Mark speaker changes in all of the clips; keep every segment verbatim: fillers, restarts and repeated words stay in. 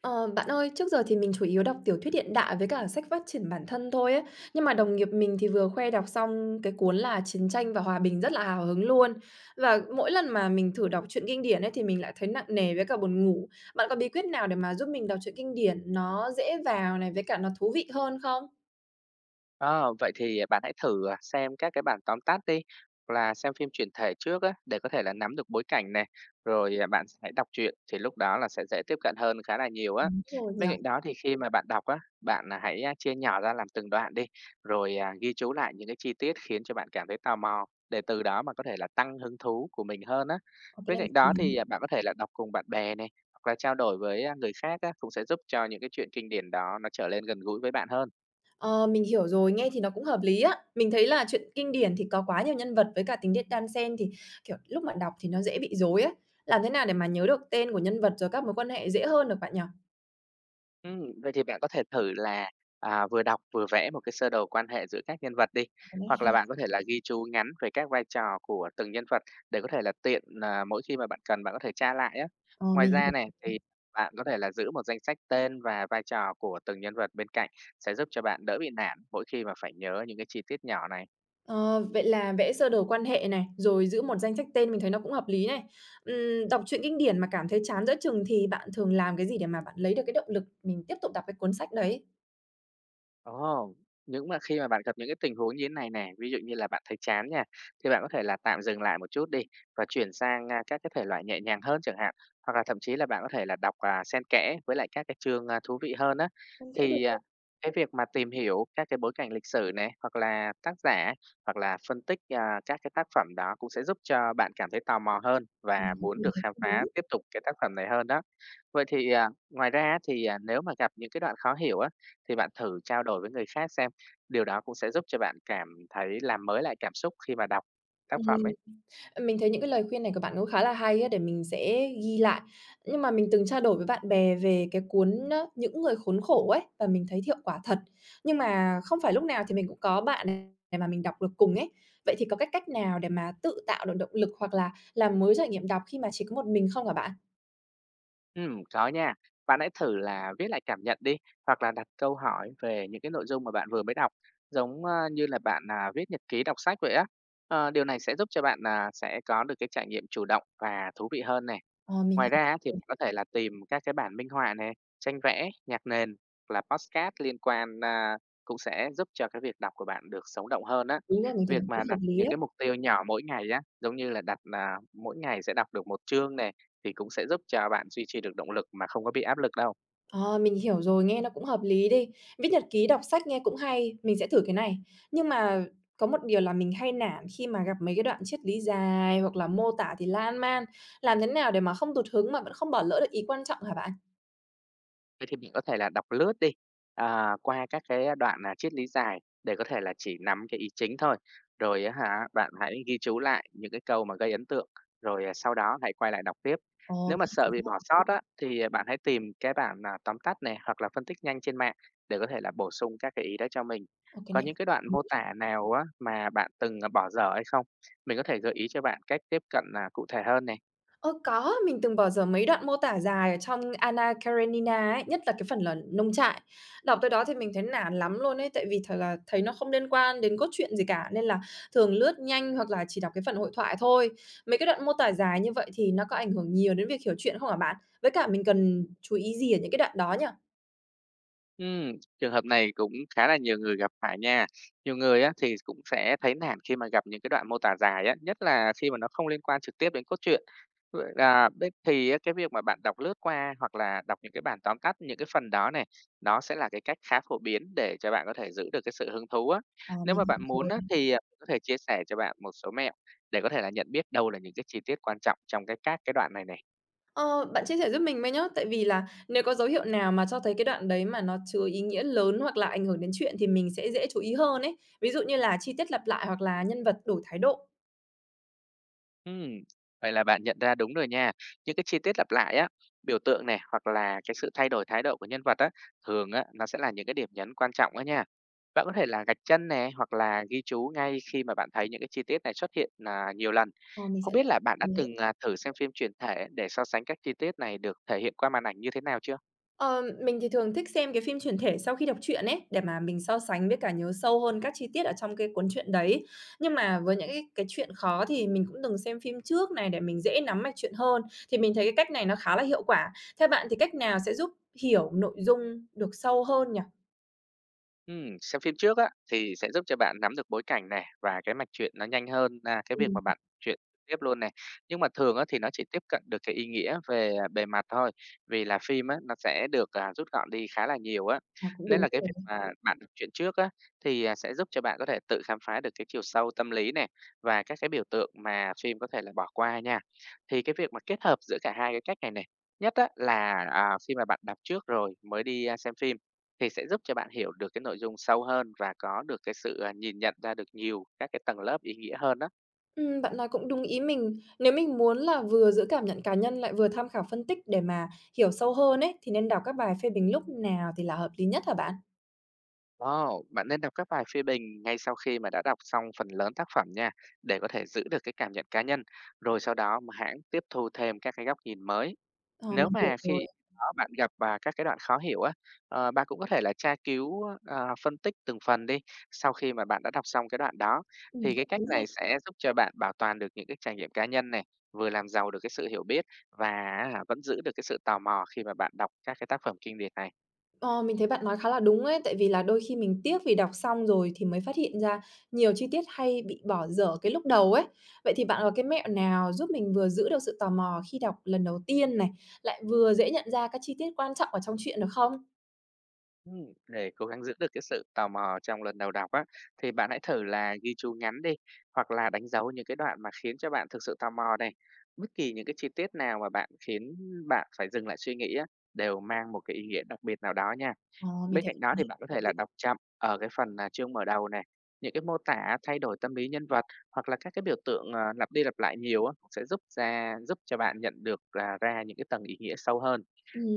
Speaker 1: Ờ, Bạn ơi, trước giờ thì mình chủ yếu đọc tiểu thuyết hiện đại với cả sách phát triển bản thân thôi ấy. Nhưng mà đồng nghiệp mình thì vừa khoe đọc xong cái cuốn là Chiến tranh và Hòa bình rất là hào hứng luôn. Và mỗi lần mà mình thử đọc truyện kinh điển ấy thì mình lại thấy nặng nề với cả buồn ngủ. Bạn có bí quyết nào để mà giúp mình đọc truyện kinh điển nó dễ vào này với cả nó thú vị hơn không?
Speaker 2: Ờ, vậy thì, à, bạn hãy thử, à, xem các cái bản tóm tắt đi, hoặc là xem phim chuyển thể trước á, để có thể là nắm được bối cảnh này, rồi, à, bạn hãy đọc truyện thì lúc đó là sẽ dễ tiếp cận hơn khá là nhiều á.
Speaker 1: Đúng rồi nhỉ.
Speaker 2: Bên
Speaker 1: Nhờ,
Speaker 2: cạnh đó thì khi mà bạn đọc á, bạn, à, hãy, a, chia nhỏ ra làm từng đoạn đi, rồi, à, ghi chú lại những cái chi tiết khiến cho bạn cảm thấy tò mò, để từ đó mà có thể là tăng hứng thú của mình hơn á.
Speaker 1: cái
Speaker 2: Bên
Speaker 1: này mình
Speaker 2: cạnh
Speaker 1: thấy
Speaker 2: đó
Speaker 1: đúng.
Speaker 2: thì, à, bạn có thể là đọc cùng bạn bè này, hoặc là trao đổi với, a, người khác á, cũng sẽ giúp cho những cái truyện kinh điển đó nó trở lên gần gũi với bạn hơn.
Speaker 1: Ờ, mình hiểu rồi, nghe thì nó cũng hợp lý á. Mình thấy là chuyện kinh điển thì có quá nhiều nhân vật với cả tình tiết đan xen thì, kiểu, lúc bạn đọc thì nó dễ bị rối ấy. Làm thế nào để mà nhớ được tên của nhân vật rồi các mối quan hệ dễ hơn được bạn nhỉ?
Speaker 2: Ừm, vậy thì bạn có thể thử là, à, vừa đọc vừa vẽ một cái sơ đồ quan hệ giữa các nhân vật đi,
Speaker 1: Cái này
Speaker 2: hoặc
Speaker 1: hay.
Speaker 2: là bạn có thể là ghi chú ngắn về các vai trò của từng nhân vật để có thể là tiện, à, mỗi khi mà bạn cần bạn có thể tra lại á.
Speaker 1: Ờ,
Speaker 2: Ngoài
Speaker 1: mình
Speaker 2: ra
Speaker 1: hiểu
Speaker 2: này, thì
Speaker 1: rồi.
Speaker 2: bạn có thể là giữ một danh sách tên và vai trò của từng nhân vật bên cạnh sẽ giúp cho bạn đỡ bị nản mỗi khi mà phải nhớ những cái chi tiết nhỏ này.
Speaker 1: Ờ, Vậy là vẽ sơ đồ quan hệ này, rồi giữ một danh sách tên mình thấy nó cũng hợp lý này. Ừm, đọc truyện kinh điển mà cảm thấy chán giữa chừng thì bạn thường làm cái gì để mà bạn lấy được cái động lực mình tiếp tục đọc cái cuốn sách đấy?
Speaker 2: Ồ, những mà khi mà bạn gặp những cái tình huống như thế này nè, ví dụ như là bạn thấy chán nha, thì bạn có thể là tạm dừng lại một chút đi và chuyển sang, a, các cái thể loại nhẹ nhàng hơn chẳng hạn, hoặc là thậm chí là bạn có thể là đọc, à, xen kẽ với lại các cái chương, a, thú vị hơn á. Thì, à, cái việc mà tìm hiểu các cái bối cảnh lịch sử này, hoặc là tác giả, hoặc là phân tích, à, các cái tác phẩm đó cũng sẽ giúp cho bạn cảm thấy tò mò hơn và
Speaker 1: Ừm, thế
Speaker 2: muốn được
Speaker 1: mình thấy
Speaker 2: khám
Speaker 1: cũng
Speaker 2: phá
Speaker 1: đúng.
Speaker 2: tiếp tục cái tác phẩm này hơn đó. Vậy thì, à, ngoài ra á thì, à, nếu mà gặp những cái đoạn khó hiểu á thì bạn thử trao đổi với người khác xem, điều đó cũng sẽ giúp cho bạn cảm thấy làm mới lại cảm xúc khi mà đọc tác phẩm ấy.
Speaker 1: Ừm. Mình thấy những cái lời khuyên này của bạn cũng khá là hay á, để mình sẽ ghi lại. Nhưng mà mình từng trao đổi với bạn bè về cái cuốn á, "Những người khốn khổ" ấy, và mình thấy hiệu quả thật. Nhưng mà không phải lúc nào thì mình cũng có bạn này mà mình đọc được cùng ấy. Vậy thì có cách cách nào để mà tự tạo được động lực hoặc là làm mới trải nghiệm đọc khi mà chỉ có một mình không hả bạn?
Speaker 2: Ừm, có nha. Bạn hãy thử là viết lại cảm nhận đi, hoặc là đặt câu hỏi về những cái nội dung mà bạn vừa mới đọc, giống, a, như là bạn, à, viết nhật ký đọc sách vậy á. Ờ, điều này sẽ giúp cho bạn, à, sẽ có được cái trải nghiệm chủ động và thú vị hơn này.
Speaker 1: Ờ, mình
Speaker 2: Ngoài ra á, thì mình có thể là tìm các cái bản minh họa này, tranh vẽ, nhạc nền hoặc là podcast liên quan, a, cũng sẽ giúp cho cái việc đọc của bạn được sống động hơn á.
Speaker 1: đúng rồi, mình thấy
Speaker 2: Việc
Speaker 1: nó
Speaker 2: mà
Speaker 1: cũng
Speaker 2: đặt
Speaker 1: hợp lý
Speaker 2: những
Speaker 1: đấy.
Speaker 2: cái mục tiêu nhỏ mỗi ngày á, giống như là đặt là mỗi ngày sẽ đọc được một chương này, thì cũng sẽ giúp cho bạn duy trì được động lực mà không có bị áp lực đâu.
Speaker 1: Ờ, mình hiểu rồi, nghe nó cũng hợp lý đi. Viết nhật ký, đọc sách nghe cũng hay, mình sẽ thử cái này. Nhưng mà có một điều là mình hay nản khi mà gặp mấy cái đoạn triết lý dài hoặc là mô tả thì lan man. Làm thế nào để mà không tụt hứng mà vẫn không bỏ lỡ được ý quan trọng hả bạn?
Speaker 2: Vậy thì mình có thể là đọc lướt đi, à, qua các cái đoạn, là triết lý dài để có thể là chỉ nắm cái ý chính thôi. Rồi á hả, bạn hãy ghi chú lại những cái câu mà gây ấn tượng, rồi, à, sau đó hãy quay lại đọc tiếp. Nếu
Speaker 1: Ồ,
Speaker 2: mà
Speaker 1: ghi
Speaker 2: sợ
Speaker 1: chú
Speaker 2: bị bỏ
Speaker 1: lại.
Speaker 2: sót á, thì, à, bạn hãy tìm cái bản, à, tóm tắt này hoặc là phân tích nhanh trên mạng để có thể là bổ sung các cái ý đó cho mình.
Speaker 1: Ồ, cái
Speaker 2: Có
Speaker 1: này
Speaker 2: những
Speaker 1: cũng
Speaker 2: cái
Speaker 1: hợp
Speaker 2: đoạn
Speaker 1: lý.
Speaker 2: mô tả nào á mà bạn từng, à, bỏ dở hay không? Mình có thể gợi ý cho bạn cách tiếp cận, à, cụ thể hơn nè.
Speaker 1: Ơ, có, mình từng bỏ dở mấy đoạn mô tả dài ở trong Anna Karenina ấy, nhất là cái phần là nông trại. Đọc tới đó thì mình thấy nản lắm luôn ấy, tại vì thật là thấy nó không liên quan đến cốt truyện gì cả, nên là thường lướt nhanh hoặc là chỉ đọc cái phần hội thoại thôi. Mấy cái đoạn mô tả dài như vậy thì nó có ảnh hưởng nhiều đến việc hiểu truyện không hả bạn? Với cả mình cần chú ý gì ở những cái đoạn đó nhỉ?
Speaker 2: Ừm, trường hợp này cũng khá là nhiều người gặp phải nha. Nhiều người á, thì cũng sẽ thấy nản khi mà gặp những cái đoạn mô tả dài á, nhất là khi mà nó không liên quan trực tiếp đến cốt truyện. Vậy là bên thì á, cái việc mà bạn đọc lướt qua hoặc là đọc những cái bản tóm tắt những cái phần đó này, nó sẽ là cái cách khá phổ biến để cho bạn có thể giữ được cái sự hứng thú á.
Speaker 1: Ờ,
Speaker 2: Nếu
Speaker 1: mình
Speaker 2: mà bạn
Speaker 1: hiểu
Speaker 2: muốn
Speaker 1: rồi.
Speaker 2: á, thì, à, có thể chia sẻ cho bạn một số mẹo để có thể là nhận biết đâu là những cái chi tiết quan trọng trong cái các cái đoạn này này.
Speaker 1: Ờ, Bạn chia sẻ giúp mình với nhá, tại vì là nếu có dấu hiệu nào mà cho thấy cái đoạn đấy mà nó chứa ý nghĩa lớn hoặc là ảnh hưởng đến chuyện thì mình sẽ dễ chú ý hơn ấy. Ví dụ như là chi tiết lặp lại hoặc là nhân vật đổi thái độ,
Speaker 2: Ừm, vậy là bạn nhận ra đúng rồi nha. Những cái chi tiết lặp lại á, biểu tượng này hoặc là cái sự thay đổi thái độ của nhân vật á, thường á nó sẽ là những cái điểm nhấn quan trọng á nha. Bạn có thể là gạch chân nè hoặc là ghi chú ngay khi mà bạn thấy những cái chi tiết này xuất hiện là nhiều lần.
Speaker 1: ờ, mình
Speaker 2: Không
Speaker 1: sẽ
Speaker 2: biết là bạn đã
Speaker 1: lưu ý.
Speaker 2: từng à, thử xem phim truyền thể để so sánh các chi tiết này được thể hiện qua màn ảnh như thế nào chưa?
Speaker 1: Ờ, mình thì thường thích xem cái phim chuyển thể sau khi đọc truyện ấy, để mà mình so sánh với cả nhớ sâu hơn các chi tiết ở trong cái cuốn truyện đấy. Nhưng mà với những cái cái chuyện khó thì mình cũng từng xem phim trước này để mình dễ nắm mạch chuyện hơn, thì mình thấy cái cách này nó khá là hiệu quả. Theo bạn thì cách nào sẽ giúp hiểu nội dung được sâu hơn nhỉ?
Speaker 2: Ừm, xem phim trước á, thì sẽ giúp cho bạn nắm được bối cảnh này và cái mạch truyện nó nhanh hơn na cái việc mà bạn truyện tiếp luôn này. Nhưng mà thường á, thì nó chỉ tiếp cận được cái ý nghĩa về, à, bề mặt thôi, vì là phim á, nó sẽ được, à, rút gọn đi khá là nhiều á.
Speaker 1: Ờ, Cũng
Speaker 2: Nên
Speaker 1: đúng
Speaker 2: là cái
Speaker 1: rồi.
Speaker 2: việc mà bạn đọc truyện trước á, thì, à, sẽ giúp cho bạn có thể tự khám phá được cái chiều sâu tâm lý này, và các cái biểu tượng mà phim có thể là bỏ qua nha. Thì cái việc mà kết hợp giữa cả hai cái cách này này, nhất á, là, à, khi mà bạn đọc trước rồi mới đi, a, xem phim thì sẽ giúp cho bạn hiểu được cái nội dung sâu hơn và có được cái sự, à, nhìn nhận ra được nhiều các cái tầng lớp ý nghĩa hơn đó.
Speaker 1: Ừm, bạn nói cũng đúng ý mình. Nếu mình muốn là vừa giữ cảm nhận cá nhân lại vừa tham khảo phân tích để mà hiểu sâu hơn ấy, thì nên đọc các bài phê bình lúc nào thì là hợp lý nhất hả bạn?
Speaker 2: Wow, bạn nên đọc các bài phê bình ngay sau khi mà đã đọc xong phần lớn tác phẩm nha, để có thể giữ được cái cảm nhận cá nhân, rồi sau đó mà hãng tiếp thu thêm các cái góc nhìn mới.
Speaker 1: Ờ,
Speaker 2: Nếu
Speaker 1: mình hiểu
Speaker 2: mà
Speaker 1: rồi.
Speaker 2: khi đó bạn gặp, và các cái đoạn khó hiểu á, ờ, bạn cũng có thể là tra cứu, ờ, phân tích từng phần đi, sau khi mà bạn đã đọc xong cái đoạn đó.
Speaker 1: Ừm,
Speaker 2: Thì cái
Speaker 1: cũng
Speaker 2: cách
Speaker 1: đúng
Speaker 2: này
Speaker 1: ha.
Speaker 2: sẽ giúp cho bạn bảo toàn được những cái trải nghiệm cá nhân này, vừa làm giàu được cái sự hiểu biết và á vẫn giữ được cái sự tò mò khi mà bạn đọc các cái tác phẩm kinh điển này.
Speaker 1: Ờ, mình thấy bạn nói khá là đúng ấy, tại vì là đôi khi mình tiếc vì đọc xong rồi thì mới phát hiện ra nhiều chi tiết hay bị bỏ dở cái lúc đầu ấy. Vậy thì bạn có cái mẹo nào giúp mình vừa giữ được sự tò mò khi đọc lần đầu tiên này, lại vừa dễ nhận ra các chi tiết quan trọng ở trong truyện được không?
Speaker 2: Ừm, để cố gắng giữ được cái sự tò mò trong lần đầu đọc á, thì bạn hãy thử là ghi chú ngắn đi, hoặc là đánh dấu những cái đoạn mà khiến cho bạn thực sự tò mò này. Bất kỳ những cái chi tiết nào mà bạn khiến bạn phải dừng lại suy nghĩ á, đều mang một cái ý nghĩa đặc biệt nào đó nha.
Speaker 1: Ờ, mình
Speaker 2: Bên
Speaker 1: thấy
Speaker 2: cạnh đó thì bạn có thể là đọc chậm ở cái phần, à, chương mở đầu này, những cái mô tả thay đổi tâm lý nhân vật hoặc là các cái biểu tượng, ờ, lặp đi lặp lại nhiều á, cũng sẽ giúp ra giúp cho bạn nhận được, là ra những cái tầng ý nghĩa sâu hơn.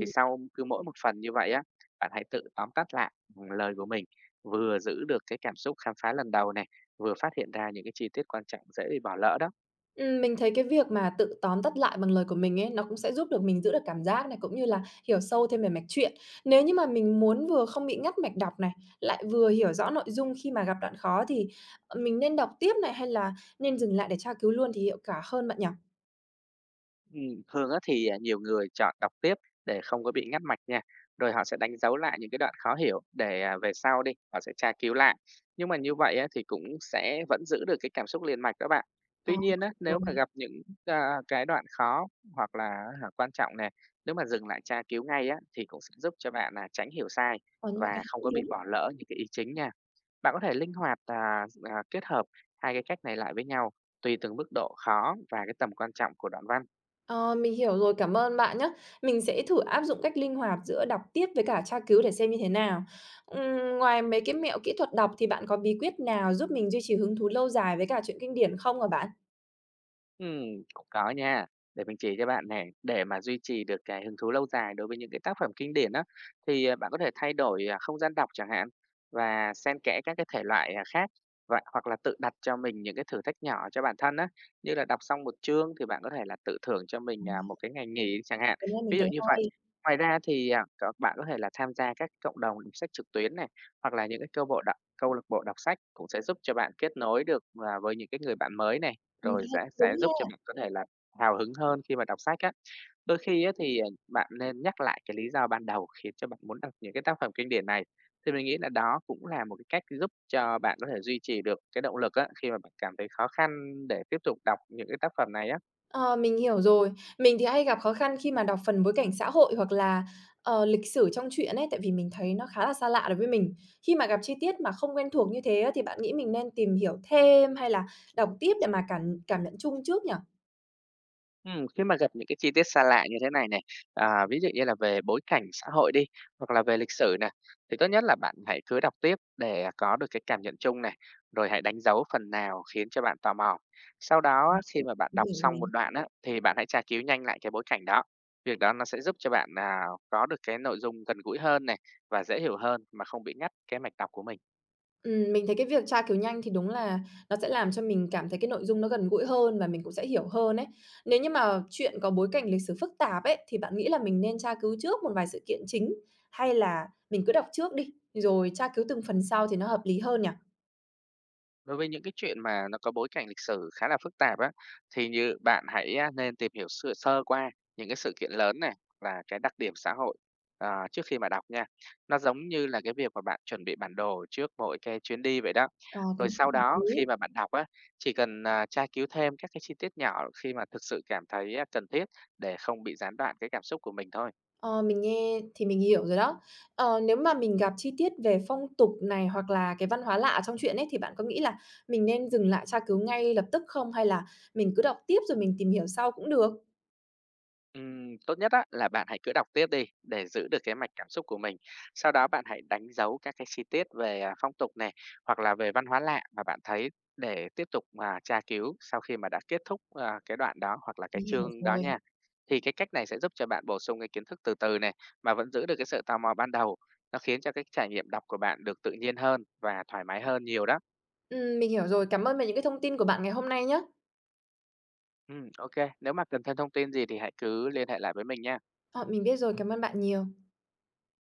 Speaker 2: Thì sau cứ mỗi một phần như vậy á, bạn hãy tự tóm tắt lại, ừm, lời của mình, vừa giữ được cái cảm xúc khám phá lần đầu này, vừa phát hiện ra những cái chi tiết quan trọng dễ bị bỏ lỡ đó.
Speaker 1: Ừm, mình thấy cái việc mà tự tóm tắt lại bằng lời của mình ấy, nó cũng sẽ giúp được mình giữ được cảm giác này, cũng như là hiểu sâu thêm về mạch truyện. Nếu như mà mình muốn vừa không bị ngắt mạch đọc này, lại vừa hiểu rõ nội dung khi mà gặp đoạn khó thì, ờ, mình nên đọc tiếp này, hay là nên dừng lại để tra cứu luôn thì hiệu quả hơn bạn nhỉ?
Speaker 2: Ừm, thường á thì, à, nhiều người chọn đọc tiếp để không có bị ngắt mạch nha, rồi họ sẽ đánh dấu lại những cái đoạn khó hiểu để, à, về sau đi, họ sẽ tra cứu lại. Nhưng mà như vậy á thì cũng sẽ vẫn giữ được cái cảm xúc liền mạch đó bạn. Tuy
Speaker 1: Ờ,
Speaker 2: nhiên á, nếu mà
Speaker 1: rồi.
Speaker 2: gặp những, à, cái đoạn khó hoặc là á quan trọng này, nếu mà dừng lại tra cứu ngay á thì cũng sẽ giúp cho bạn, là tránh hiểu sai
Speaker 1: Ờ, nhưng
Speaker 2: và
Speaker 1: mà cái
Speaker 2: không có bị bỏ lỡ những cái ý chính nha. Bạn có thể linh hoạt, à, à, kết hợp hai cái cách này lại với nhau tùy từng mức độ khó và cái tầm quan trọng của đoạn văn.
Speaker 1: Ờ, mình hiểu rồi, cảm ơn bạn nhé. Mình sẽ thử áp dụng cách linh hoạt giữa đọc tiếp với cả tra cứu để xem như thế nào. Ừm, ngoài mấy cái mẹo kỹ thuật đọc thì bạn có bí quyết nào giúp mình duy trì hứng thú lâu dài với cả truyện kinh điển không hả bạn?
Speaker 2: Ừm, cũng có nha. Để mình chỉ cho bạn này để mà duy trì được cái hứng thú lâu dài đối với những cái tác phẩm kinh điển á, thì, à, bạn có thể thay đổi, à, không gian đọc chẳng hạn, và xen kẽ các cái thể loại, à, khác, và hoặc là tự đặt cho mình những cái thử thách nhỏ cho bản thân á, như là đọc xong một chương thì bạn có thể là tự thưởng cho mình, à, một cái ngày nghỉ chẳng hạn,
Speaker 1: Cái này mình
Speaker 2: ví dụ
Speaker 1: thấy
Speaker 2: như vậy.
Speaker 1: hay,
Speaker 2: Ngoài ra thì, à, có bạn có thể là tham gia các cộng đồng đọc sách trực tuyến này, hoặc là những cái câu bộ đọc câu lạc bộ đọc sách cũng sẽ giúp cho bạn kết nối được, à, với những cái người bạn mới này.
Speaker 1: ừm,
Speaker 2: Rồi
Speaker 1: cái
Speaker 2: sẽ
Speaker 1: này cũng
Speaker 2: sẽ
Speaker 1: đúng
Speaker 2: giúp cho
Speaker 1: ha.
Speaker 2: bạn có thể là hào hứng hơn khi mà đọc sách á. Đôi khi á thì, à, bạn nên nhắc lại cái lý do ban đầu khiến cho bạn muốn đọc những cái tác phẩm kinh điển này, thì mình nghĩ là đó cũng là một cái cách giúp cho bạn có thể duy trì được cái động lực á, khi mà bạn cảm thấy khó khăn để tiếp tục đọc những cái tác phẩm này á.
Speaker 1: Ờ, mình hiểu rồi. Mình thì hay gặp khó khăn khi mà đọc phần bối cảnh xã hội hoặc là, ờ, lịch sử trong truyện ấy, tại vì mình thấy nó khá là xa lạ đối với mình. Khi mà gặp chi tiết mà không quen thuộc như thế á, thì bạn nghĩ mình nên tìm hiểu thêm hay là đọc tiếp để mà cảm cảm nhận chung trước nhỉ?
Speaker 2: Ừm, khi mà gặp những cái chi tiết xa lạ như thế này này, à, ví dụ như là về bối cảnh xã hội đi, hoặc là về lịch sử này, thì tốt nhất là bạn hãy cứ đọc tiếp để có được cái cảm nhận chung này, rồi hãy đánh dấu phần nào khiến cho bạn tò mò. Sau đó á, khi mà bạn
Speaker 1: Mình
Speaker 2: đọc
Speaker 1: hiểu
Speaker 2: xong một
Speaker 1: rồi.
Speaker 2: đoạn á, thì bạn hãy tra cứu nhanh lại cái bối cảnh đó. Việc đó nó sẽ giúp cho bạn, à, có được cái nội dung gần gũi hơn này, và dễ hiểu hơn mà không bị ngắt cái mạch đọc của mình.
Speaker 1: Ừm, mình thấy cái việc tra cứu nhanh thì đúng là nó sẽ làm cho mình cảm thấy cái nội dung nó gần gũi hơn và mình cũng sẽ hiểu hơn ấy. Nếu như mà chuyện có bối cảnh lịch sử phức tạp ấy, thì bạn nghĩ là mình nên tra cứu trước một vài sự kiện chính, hay là mình cứ đọc trước đi, rồi tra cứu từng phần sau thì nó hợp lý hơn nhỉ?
Speaker 2: Đối với những cái chuyện mà nó có bối cảnh lịch sử khá là phức tạp á, thì như bạn hãy á, nên tìm hiểu sơ sơ qua những cái sự kiện lớn này và cái đặc điểm xã hội, à, trước khi mà đọc nha. Nó giống như là cái việc mà bạn chuẩn bị bản đồ trước mỗi cái chuyến đi vậy đó.
Speaker 1: Ờ, cái
Speaker 2: Rồi
Speaker 1: này
Speaker 2: sau
Speaker 1: cũng hợp
Speaker 2: đó
Speaker 1: lý.
Speaker 2: khi mà bạn đọc á, chỉ cần à, tra cứu thêm các cái chi tiết nhỏ khi mà thực sự cảm thấy à, cần thiết để không bị gián đoạn cái cảm xúc của mình thôi.
Speaker 1: Ờ, mình nghe thì mình hiểu rồi đó. Ờ, nếu mà mình gặp chi tiết về phong tục này, hoặc là cái văn hóa lạ trong chuyện ấy, thì bạn có nghĩ là mình nên dừng lại tra cứu ngay lập tức không? Hay là mình cứ đọc tiếp rồi mình tìm hiểu sau cũng được?
Speaker 2: Ừm, tốt nhất á là bạn hãy cứ đọc tiếp đi để giữ được cái mạch cảm xúc của mình. Sau đó bạn hãy đánh dấu các cái chi tiết về, à, phong tục này, hoặc là về văn hóa lạ mà bạn thấy để tiếp tục mà tra cứu sau khi mà đã kết thúc, à, cái đoạn đó hoặc là cái
Speaker 1: Mình hiểu
Speaker 2: chương đó
Speaker 1: rồi.
Speaker 2: nha. Thì cái cách này sẽ giúp cho bạn bổ sung cái kiến thức từ từ này, mà vẫn giữ được cái sự tò mò ban đầu. Nó khiến cho cái trải nghiệm đọc của bạn được tự nhiên hơn và thoải mái hơn nhiều đó.
Speaker 1: Ừm, mình hiểu rồi. Cảm ơn về những cái thông tin của bạn ngày hôm nay nhá.
Speaker 2: Ừm, ô nếu mà cần thêm thông tin gì thì hãy cứ liên hệ lại với mình nha.
Speaker 1: Ờ, mình biết rồi, cảm ơn bạn nhiều.